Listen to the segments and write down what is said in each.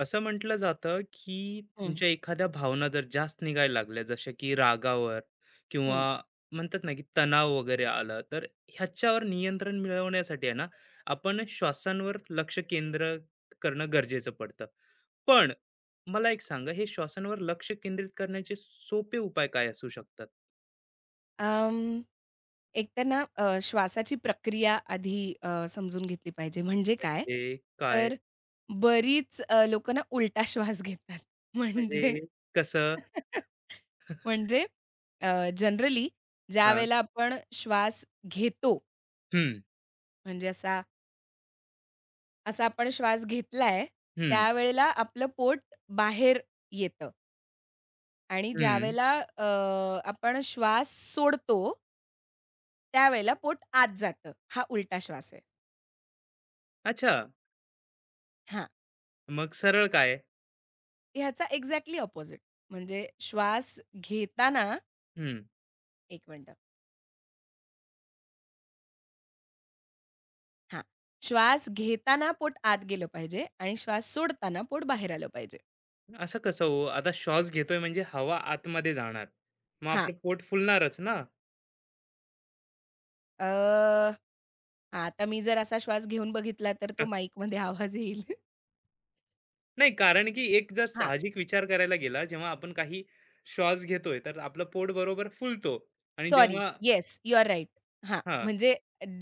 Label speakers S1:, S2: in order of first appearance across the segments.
S1: असं म्हटलं जातं की
S2: हं,
S1: तुमच्या एखाद्या भावना जर जास्त निघायला लागल्या जशा की रागावर किंवा
S2: हं.
S1: म्हणतात ना की तणाव वगैरे आलं तर ह्याच्यावर नियंत्रण मिळवण्यासाठी आहे ना आपण श्वासांवर लक्ष केंद्र करणं गरजेचं पडतं. पण मला एक सांगा हे श्वासांवर लक्ष केंद्रित करण्याचे सोपे उपाय काय असू शकतात?
S2: अं, एक तर ना श्वासाची प्रक्रिया आधी समजून घेतली पाहिजे. म्हणजे काय?
S1: म्हणजे काय?
S2: तर बरीच लोकं ना उलटा श्वास घेतात. म्हणजे
S1: म्हणजे कसं?
S2: म्हणजे अ, जनरली
S1: हा,
S2: ज्यावेळेला आपण श्वास घेतो,
S1: हम्म.
S2: म्हणजे असा असा आपण श्वास घेतलाय,
S1: हम्म.
S2: त्यावेळेला आपलं पोट बाहेर येतं. आणि
S1: हम्म.
S2: ज्यावेळेला अ, आपण श्वास सोडतो, त्यावेळेला पोट आत जातं. हा उलटा श्वास आहे.
S1: अच्छा.
S2: हां,
S1: मग सरळ काय?
S2: ह्याचा एक्झॅक्टली अपोझिट. म्हणजे श्वास घेताना
S1: हम्म.
S2: एक मिनिटं. हां, श्वास घेताना पोट आत गेलं पाहिजे आणि श्वास सोडताना पोट बाहेर आलं पाहिजे.
S1: असं कसं हो? आता श्वास घेतोय म्हणजे हवा आतमध्ये जाणार. मग
S2: हां,
S1: आपलं पोट फुलणारच ना.
S2: अ, आता मी जर असा श्वास घेऊन बघितला तर तो माईकमध्ये आवाज येईल.
S1: नाही, कारण की एक जर साहजिक विचार करायला गेला, जेव्हा आपण काही श्वास घेतोय, तर आपलं पोट बरोबर फुलतो आणि
S2: सॉरी.
S1: जेव्हा
S2: येस, यू आर राइट. हां,
S1: हां,
S2: म्हणजे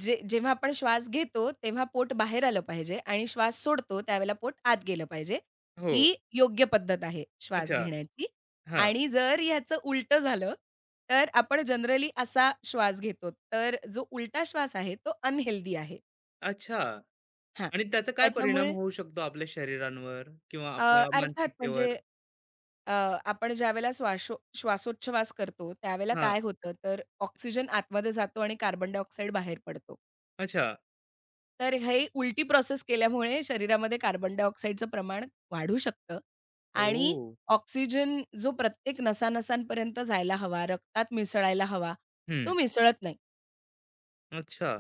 S2: जे जेव्हा आपण श्वास घेतो, तेव्हा पोट बाहेर आलं पाहिजे आणि श्वास सोडतो त्यावेळेला पोट आत गेलं पाहिजे.
S1: हो.
S2: ही योग्य पद्धत आहे श्वास
S1: अच्छा.
S2: घेण्याची.
S1: हां.
S2: आणि जर ह्याचं उलटं झालं, तर आपण जनरली असा श्वास घेतो. तर जो उलटा श्वास आहे तो अनहेल्दी आहे.
S1: अच्छा.
S2: हां,
S1: आणि त्याचा काय परिणाम
S2: त्याच्यामुळे
S1: होऊ शकतो आपल्या शरीरांवर किंवा
S2: अ,
S1: आपल्या
S2: अर्थात
S1: मानसिकतेवर?
S2: म्हणजे अ, आपण ज्यावेळेला श्वासोच्छवास करतो, त्यावेळेला
S1: हां.
S2: काय होतं, तर ऑक्सिजन आतमध्ये जातो आणि कार्बन डायऑक्साईड बाहेर पडतो.
S1: अच्छा.
S2: तर हे उलटी प्रोसेस केल्यामुळे शरीरामध्ये कार्बन डायऑक्साईडचं प्रमाण वाढू शकतं आणि
S1: ओह!
S2: ऑक्सिजन जो प्रत्येक नसा जायला हवा, रक्तात मिसळायला हवा,
S1: हं.
S2: तो मिसळत नाही.
S1: अच्छा.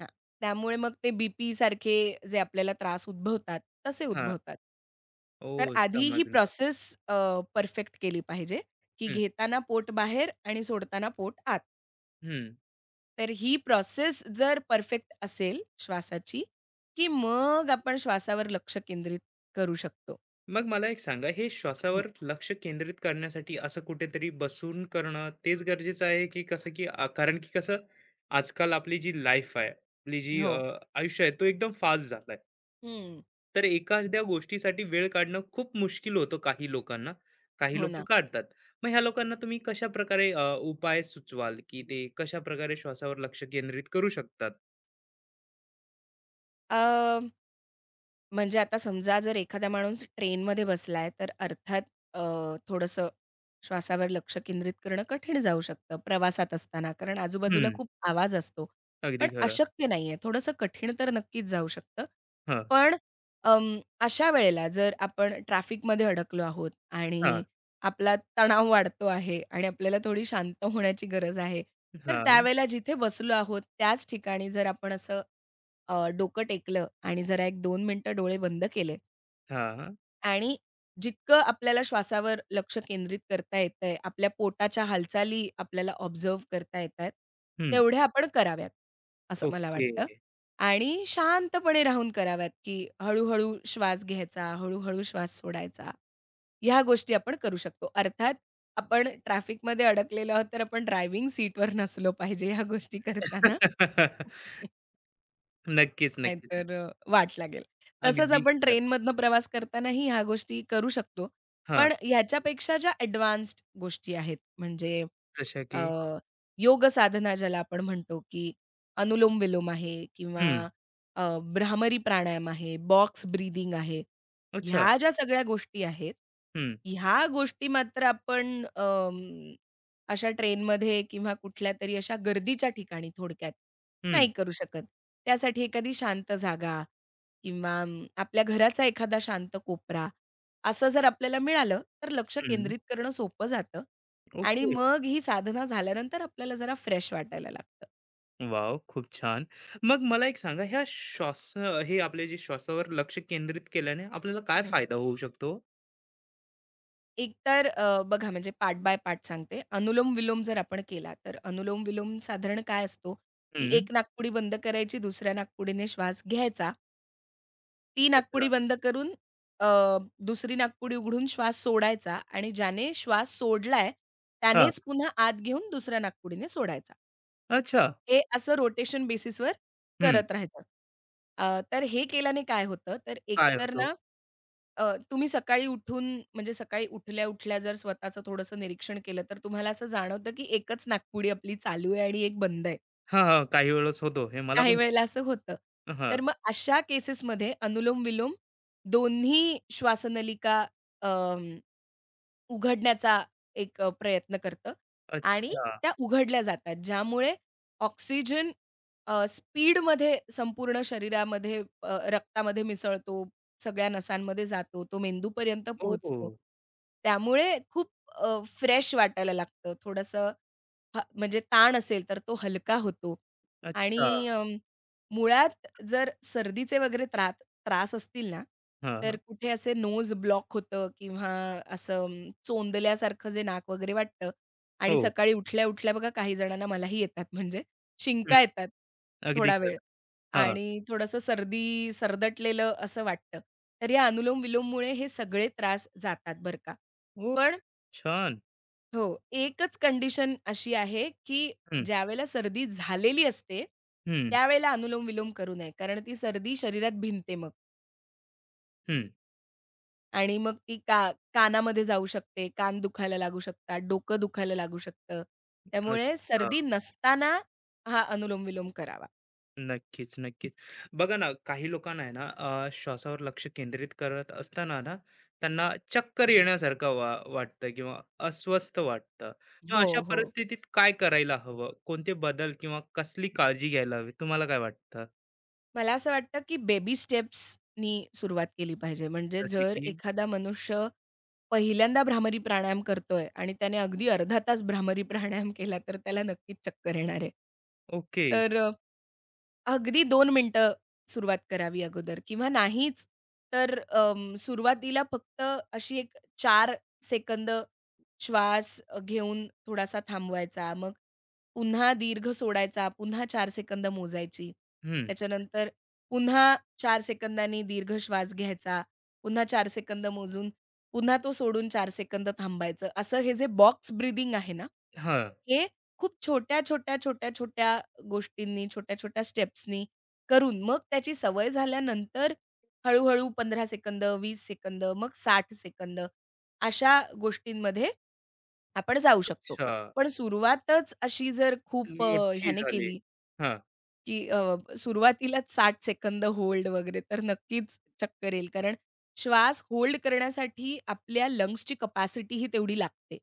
S2: हां. त्यामुळे मग ते बी-पीसारखे जे आपल्याला त्रास उद्भवतात, तसे
S1: हां.
S2: उद्भवतात. तर
S1: ओह!
S2: आधी ही
S1: समजलं.
S2: प्रोसेस अ, परफेक्ट केली पाहिजे, की
S1: हं,
S2: घेताना पोट बाहेर आणि सोडताना पोट आत.
S1: हं.
S2: तर ही प्रोसेस जर परफेक्ट असेल श्वासाची, की मग आपण श्वासावर लक्ष केंद्रित करू शकतो.
S1: मग मला एक सांगा हे
S2: हं.
S1: श्वासावर लक्ष केंद्रित करण्यासाठी असं कुठेतरी बसून करणं तेच गरजेचं आहे की कसं की कारण की कसं आजकाल आपली जी लाईफ आहे, आपली जी
S2: हो.
S1: आयुष्य आहे तो एकदम फास्ट झालाय.
S2: हं.
S1: तर एखाद्या गोष्टीसाठी वेळ काढणं खूप मुश्किल होतं. काही लोकांना काही
S2: हो
S1: लोक
S2: ना.
S1: काढतात. मग ह्या लोकांना तुम्ही कशा प्रकारे उपाय सुचवाल की ते कशा प्रकारे श्वासावर लक्ष केंद्रित करू शकतात?
S2: अ म्हणजे आता समजा जर एखादा माणूस ट्रेनमध्ये बसलाय, तर अर्थात अ, थोडंसं श्वासावर लक्ष केंद्रित करणं कठीण जाऊ शकतं प्रवासात असताना, कारण आजूबाजूला
S1: हम्म.
S2: खूप आवाज असतो.
S1: अगदी
S2: पण
S1: खरं.
S2: अशक्य नाहीये, थोडंसं कठीण तर नक्कीच जाऊ शकतं.
S1: हा.
S2: पण अशा वेळेला जर आपण ट्रॅफिकमध्ये अडकलो आहोत
S1: हा.
S2: आणि आपला तणाव वाढतो आहे आणि आपल्याला थोडी शांत होण्याची गरज आहे, तर
S1: हा.
S2: त्यावेळेला जिथे बसलो आहोत त्याच ठिकाणी जर आपण असं डोकं टेकलं आणि जरा एक दोन मिनिटं डोळे बंद केले
S1: हा.
S2: आणि जितकं आपल्याला श्वासावर लक्ष केंद्रित करता येतंय, आपल्या पोटाच्या हालचाली आपल्याला ऑब्झर्व्ह करता येतायत,
S1: हम्म.
S2: तेवढ्या आपण कराव्यात, असं मला
S1: ओके.
S2: वाटतं. आणि शांतपणे राहून कराव्यात, की हळू-हळू श्वास घ्यायचा, हळू श्वास सोडायचा. ह्या गोष्टी आपण करू शकतो. अर्थात आपण ट्रॅफिकमध्ये अडकलेलो आहोत, तर आपण ड्रायव्हिंग सीटवर नसलो पाहिजे ह्या गोष्टी करताना.
S1: नक्कीच, नक्कीच.
S2: नाहीतर वाट लागेल. तसंच
S1: अगदी
S2: आपण
S1: खरं.
S2: ट्रेनमधनं प्रवास करतानाही ह्या गोष्टी करू शकतो.
S1: हां,
S2: पण ह्याच्यापेक्षा ज्या एडवान्स्ड गोष्टी आहेत म्हणजे
S1: जशा
S2: अ,
S1: की
S2: योग साधना ज्याला आपण म्हणतो, की अनुलोम-विलोम आहे किंवा
S1: हं.
S2: अ, भ्रामरी प्राणायाम आहे, बॉक्स ब्रीथिंग आहे.
S1: अच्छा.
S2: ह्या ज्या सगळ्या गोष्टी आहेत,
S1: हं,
S2: ह्या गोष्टी मात्र आपण अशा ट्रेनमध्ये किंवा कुठल्यातरी अशा गर्दीच्या ठिकाणी थोडक्यात
S1: हं,
S2: नाही करू शकत. त्यासाठी एखादी शांत जागा किंवा आपल्या घराचा एखादा शांत कोपरा असं जर आपल्याला मिळालं, तर लक्ष
S1: हं.
S2: केंद्रित करणं सोपं जातं. आणि
S1: ओके.
S2: मग ही साधना झाल्यानंतर आपल्याला जरा फ्रेश वाटायला लागतं.
S1: वॉव! खूप छान. मग मला एक सांगा ह्या श्वास हे आपले जे श्वासावर लक्ष केंद्रित केल्याने आपल्याला काय
S2: हं.
S1: फायदा होऊ शकतो?
S2: एकतर बघा म्हणजे पार्ट बाय पार्ट सांगते. अनुलोम-विलोम जर आपण केला, तर अनुलोम-विलोम साधारण काय असतो, की
S1: हं.
S2: एक नाकपुडी बंद करायची, दुसऱ्या नाकपुडीने श्वास घ्यायचा. ती नाकपुडी
S1: अच्छा.
S2: बंद करून अ, दुसरी नाकपुडी उघडून श्वास सोडायचा आणि ज्याने श्वास सोडलाय
S1: हां.
S2: त्यानेच पुन्हा आत घेऊन दुसऱ्या नाकपुडीने सोडायचा.
S1: अच्छा.
S2: हे असं रोटेशन बेसिसवर
S1: हं.
S2: करत राहायचं. तर हे केल्याने काय होतं, तर
S1: काय
S2: एकतर
S1: होतो?
S2: ना अ, तुम्ही सकाळी उठून म्हणजे सकाळी उठल्या-उठल्या जर स्वतःचं थोडंसं निरीक्षण केलं, तर तुम्हाला असं जाणवतं, की एकच नाकपुडी आपली चालू आहे आणि एक बंद आहे.
S1: हां, हां. काही वेळेस होतो. हे मला
S2: काही
S1: पण
S2: वेळेला
S1: होतं.
S2: असं होतं.
S1: हां.
S2: तर मग अशा केसेसमध्ये अनुलोम-विलोम दोन्ही श्वासनलिका उघडण्याचा एक प्रयत्न करतं आणि
S1: अच्छा.
S2: त्या उघडल्या जातात. ज्यामुळे ऑक्सिजन स्पीडमध्ये संपूर्ण शरीरामध्ये रक्तामध्ये मिसळतो, सगळ्या नसांमध्ये जातो, तो मेंदूपर्यंत
S1: ओह!
S2: पोहोचतो. त्यामुळे खूप फ्रेश वाटायला लागतं. थोडंसं हां, म्हणजे ताण असेल तर तो हलका होतो
S1: अच्छा.
S2: आणि मुळात जर सर्दीचे वगैरे त्रास असतील ना, तर
S1: हां.
S2: कुठे असे नोज ब्लॉक होतं किंवा असं चोंदल्यासारखं जे नाक वगैरे वाटतं आणि
S1: हो.
S2: सकाळी उठल्या-उठल्या बघा काही जणांना मलाही येतात म्हणजे शिंका
S1: हं.
S2: येतात
S1: अगदी
S2: थोडा वेळ
S1: खरं. हां.
S2: आणि थोडंसं सर्दी सरदटलेलं असं वाटतं. तर या अनुलोम-विलोममुळे हे सगळे त्रास जातात बरं का.
S1: ओह!
S2: पण
S1: छान.
S2: हो. एकच कंडिशन अशी आहे, की
S1: हं,
S2: ज्यावेळेला सर्दी झालेली असते,
S1: हं,
S2: त्यावेळेला अनुलोम-विलोम करू नये. कारण ती सर्दी शरीरात भिनते मग.
S1: हं.
S2: आणि मग ती कानामध्ये जाऊ शकते, कान दुखायला लागू शकतात, डोकं दुखायला लागू शकतं. त्यामुळे
S1: अच्छा.
S2: सर्दी नसताना हा अनुलोम-विलोम करावा.
S1: नक्कीच, नक्कीच. बघा ना, काही लोकांना आहे ना, श्वासावर लक्ष केंद्रित करत असताना ना, त्यांना चक्कर येण्यासारखं वाटतं किंवा अस्वस्थ वाटतं. मग
S2: हो,
S1: अशा
S2: हो.
S1: परिस्थितीत काय करायला हवं? कोणते बदल किंवा कसली काळजी घ्यायला हवी? तुम्हाला काय वाटतं?
S2: मला असं वाटतं, की बेबी स्टेप्सनी सुरुवात केली पाहिजे. म्हणजे
S1: जसे
S2: जर
S1: की
S2: एखादा मनुष्य पहिल्यांदा भ्रामरी प्राणायाम करतोय आणि त्याने अगदी अर्धा तास भ्रामरी प्राणायाम केला, तर त्याला नक्कीच चक्कर येणार आहे.
S1: ओके.
S2: तर अगदी 2 मिनिटं सुरुवात करावी अगोदर किंवा नाहीच तर सुरुवातीला फक्त अशी एक 4 सेकंद श्वास घेऊन थोडासा थांबवायचा. मग पुन्हा दीर्घ सोडायचा, पुन्हा 4 सेकंद मोजायची.
S1: हं.
S2: त्याच्यानंतर पुन्हा 4 सेकंदांनी दीर्घ श्वास घ्यायचा, पुन्हा 4 सेकंद मोजून पुन्हा तो सोडून 4 सेकंद थांबायचं. असं हे जे बॉक्स ब्रीथिंग आहे ना,
S1: हां.
S2: हे खूप छोट्या, छोट्या, छोट्या, छोट्या गोष्टींनी, छोट्या-छोट्या स्टेप्सनी करून मग त्याची सवय झाल्यानंतर हळू-हळू 15 सेकंद, 20 सेकंद, मग 60 सेकंद अशा गोष्टींमध्ये आपण जाऊ शकतो.
S1: अच्छा.
S2: पण सुरुवातच अशी जर खूप
S1: मोठी
S2: ह्याने
S1: झाली.
S2: केली
S1: हां.
S2: की सुरुवातीलाच 60 सेकंद होल्ड वगैरे तर नक्कीच चक्कर येईल. कारण श्वास होल्ड करण्यासाठी आपल्या लंग्सची कपॅसिटी ही तेवढी लागते.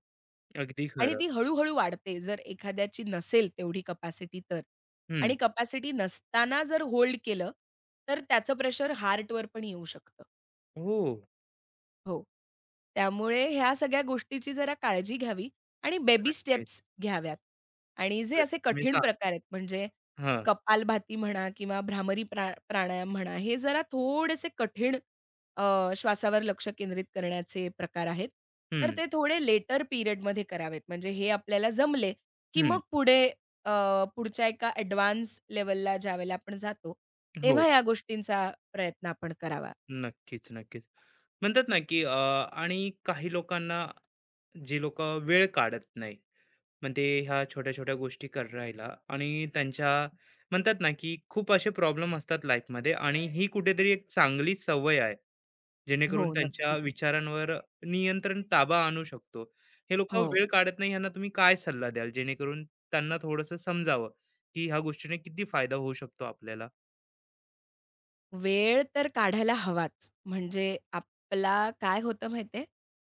S1: अगदी
S2: आणि
S1: खरं.
S2: ती हळू-हळू वाढते जर एखाद्याची नसेल तेवढी कपॅसिटी तर.
S1: हं.
S2: आणि कपॅसिटी नसताना जर होल्ड केलं, तर त्याचं प्रेशर हार्टवर पण येऊ शकतं.
S1: हो.
S2: हो. त्यामुळे ह्या सगळ्या गोष्टीची जरा काळजी घ्यावी आणि बेबी
S1: नक्कीच.
S2: स्टेप्स घ्याव्यात आणि जे
S1: जसं
S2: असे
S1: तुम्ही
S2: कठीण
S1: सांग
S2: प्रकार आहेत म्हणजे
S1: हां.
S2: कपालभाती म्हणा किंवा भ्रामरी प्राणायाम म्हणा, हे जरा थोडेसे कठीण श्वासावर लक्ष केंद्रित करण्याचे प्रकार आहेत. तर
S1: हं,
S2: ते थोडे लेटर पिरियडमध्ये करावेत. म्हणजे हे आपल्याला जमले, की
S1: हं.
S2: मग पुढे अ, पुढच्या एका एडवान्स लेव्हलला ज्यावेळेला आपण जातो,
S1: हो.
S2: तेव्हा या गोष्टींचा प्रयत्न आपण करावा.
S1: नक्कीच, नक्कीच. म्हणतात ना की आणि काही लोकांना जे लोक वेळ काढत नाही, म्हणजे ह्या छोट्या छोट्या गोष्टी करायला आणि त्यांच्या म्हणतात ना की खूप असे प्रॉब्लेम असतात लाईफमध्ये आणि ही कुठेतरी एक चांगली सवय आहे जेणेकरून
S2: हो,
S1: त्यांच्या
S2: नक्कीच.
S1: विचारांवर नियंत्रण ताबा आणू शकतो. हे लोक
S2: हो.
S1: वेळ काढत नाही, ह्यांना तुम्ही काय सल्ला द्याल जेणेकरून त्यांना थोडंसं समजावं की ह्या गोष्टीने किती फायदा होऊ शकतो आपल्याला?
S2: वेळ तर काढायला हवाच. म्हणजे आपला काय होतं माहिती आहे,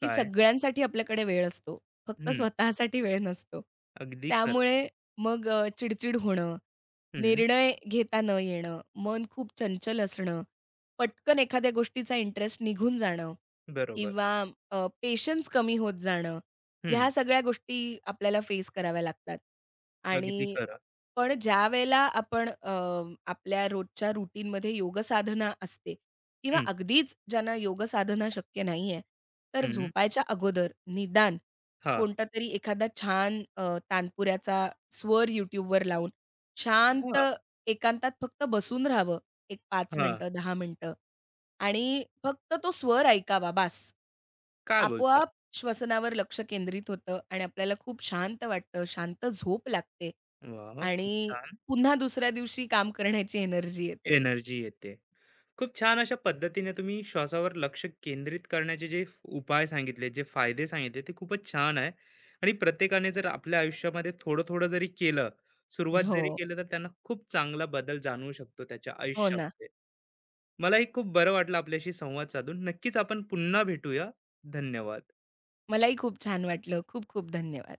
S2: की
S1: काय.
S2: सगळ्यांसाठी आपल्याकडे वेळ असतो. फक्त
S1: हम्म.
S2: स्वतःसाठी वेळ नसतो.
S1: अगदी खरं.
S2: त्यामुळे मग चिडचिड होणं,
S1: हम्म.
S2: निर्णय घेता न येणं, मन खूप चंचल असणं, पटकन एखाद्या गोष्टीचा इंटरेस्ट निघून जाणं
S1: बरोबर.
S2: किंवा पेशन्स कमी होत जाणं,
S1: हम्म.
S2: ह्या सगळ्या गोष्टी आपल्याला फेस कराव्या लागतात.
S1: अगदी
S2: आणि
S1: खरं.
S2: पण ज्यावेळेला आपण आपल्या रोजच्या रूटीनमध्ये योगसाधना असते किंवा अगदीच ज्यांना योगसाधना शक्य नाहीये, तर
S1: हं.
S2: झोपायच्या अगोदर निदान
S1: हां.
S2: कोणतातरी एखादा छान तानपुऱ्याचा स्वर YouTubeवर लावून शांत
S1: हां,
S2: एकांतात फक्त बसून राहावं, एक 5
S1: हां.
S2: मिनिटं, 10 मिनिटं आणि फक्त तो स्वर ऐकावा बास.
S1: काय बोलता?
S2: आपोआप श्वसनावर लक्ष केंद्रित होतं आणि आपल्याला खूप शांत वाटतं, शांत झोप लागते
S1: वाह! खूप
S2: आणि
S1: छान.
S2: पुन्हा दुसऱ्या दिवशी काम करण्याची एनर्जी येते.
S1: एनर्जी येते. खूप छान अशा पद्धतीने तुम्ही श्वासावर लक्ष केंद्रित करण्याचे जे उपाय सांगितले, जे फायदे सांगितले ते खूपच छान आहे आणि प्रत्येकाने जर आपल्या आयुष्यामध्ये थोडं-थोडं जरी केलं, सुरुवात
S2: हो.
S1: जरी केलं तर त्यांना खूप चांगला बदल जाणवू शकतो त्याच्या
S2: हो ना.
S1: आयुष्यामध्ये. मलाही खूप बरं वाटलं आपल्याशी संवाद साधून. नक्कीच आपण पुन्हा भेटूया. धन्यवाद.
S2: मलाही खूप छान वाटलं. खूप खूप धन्यवाद.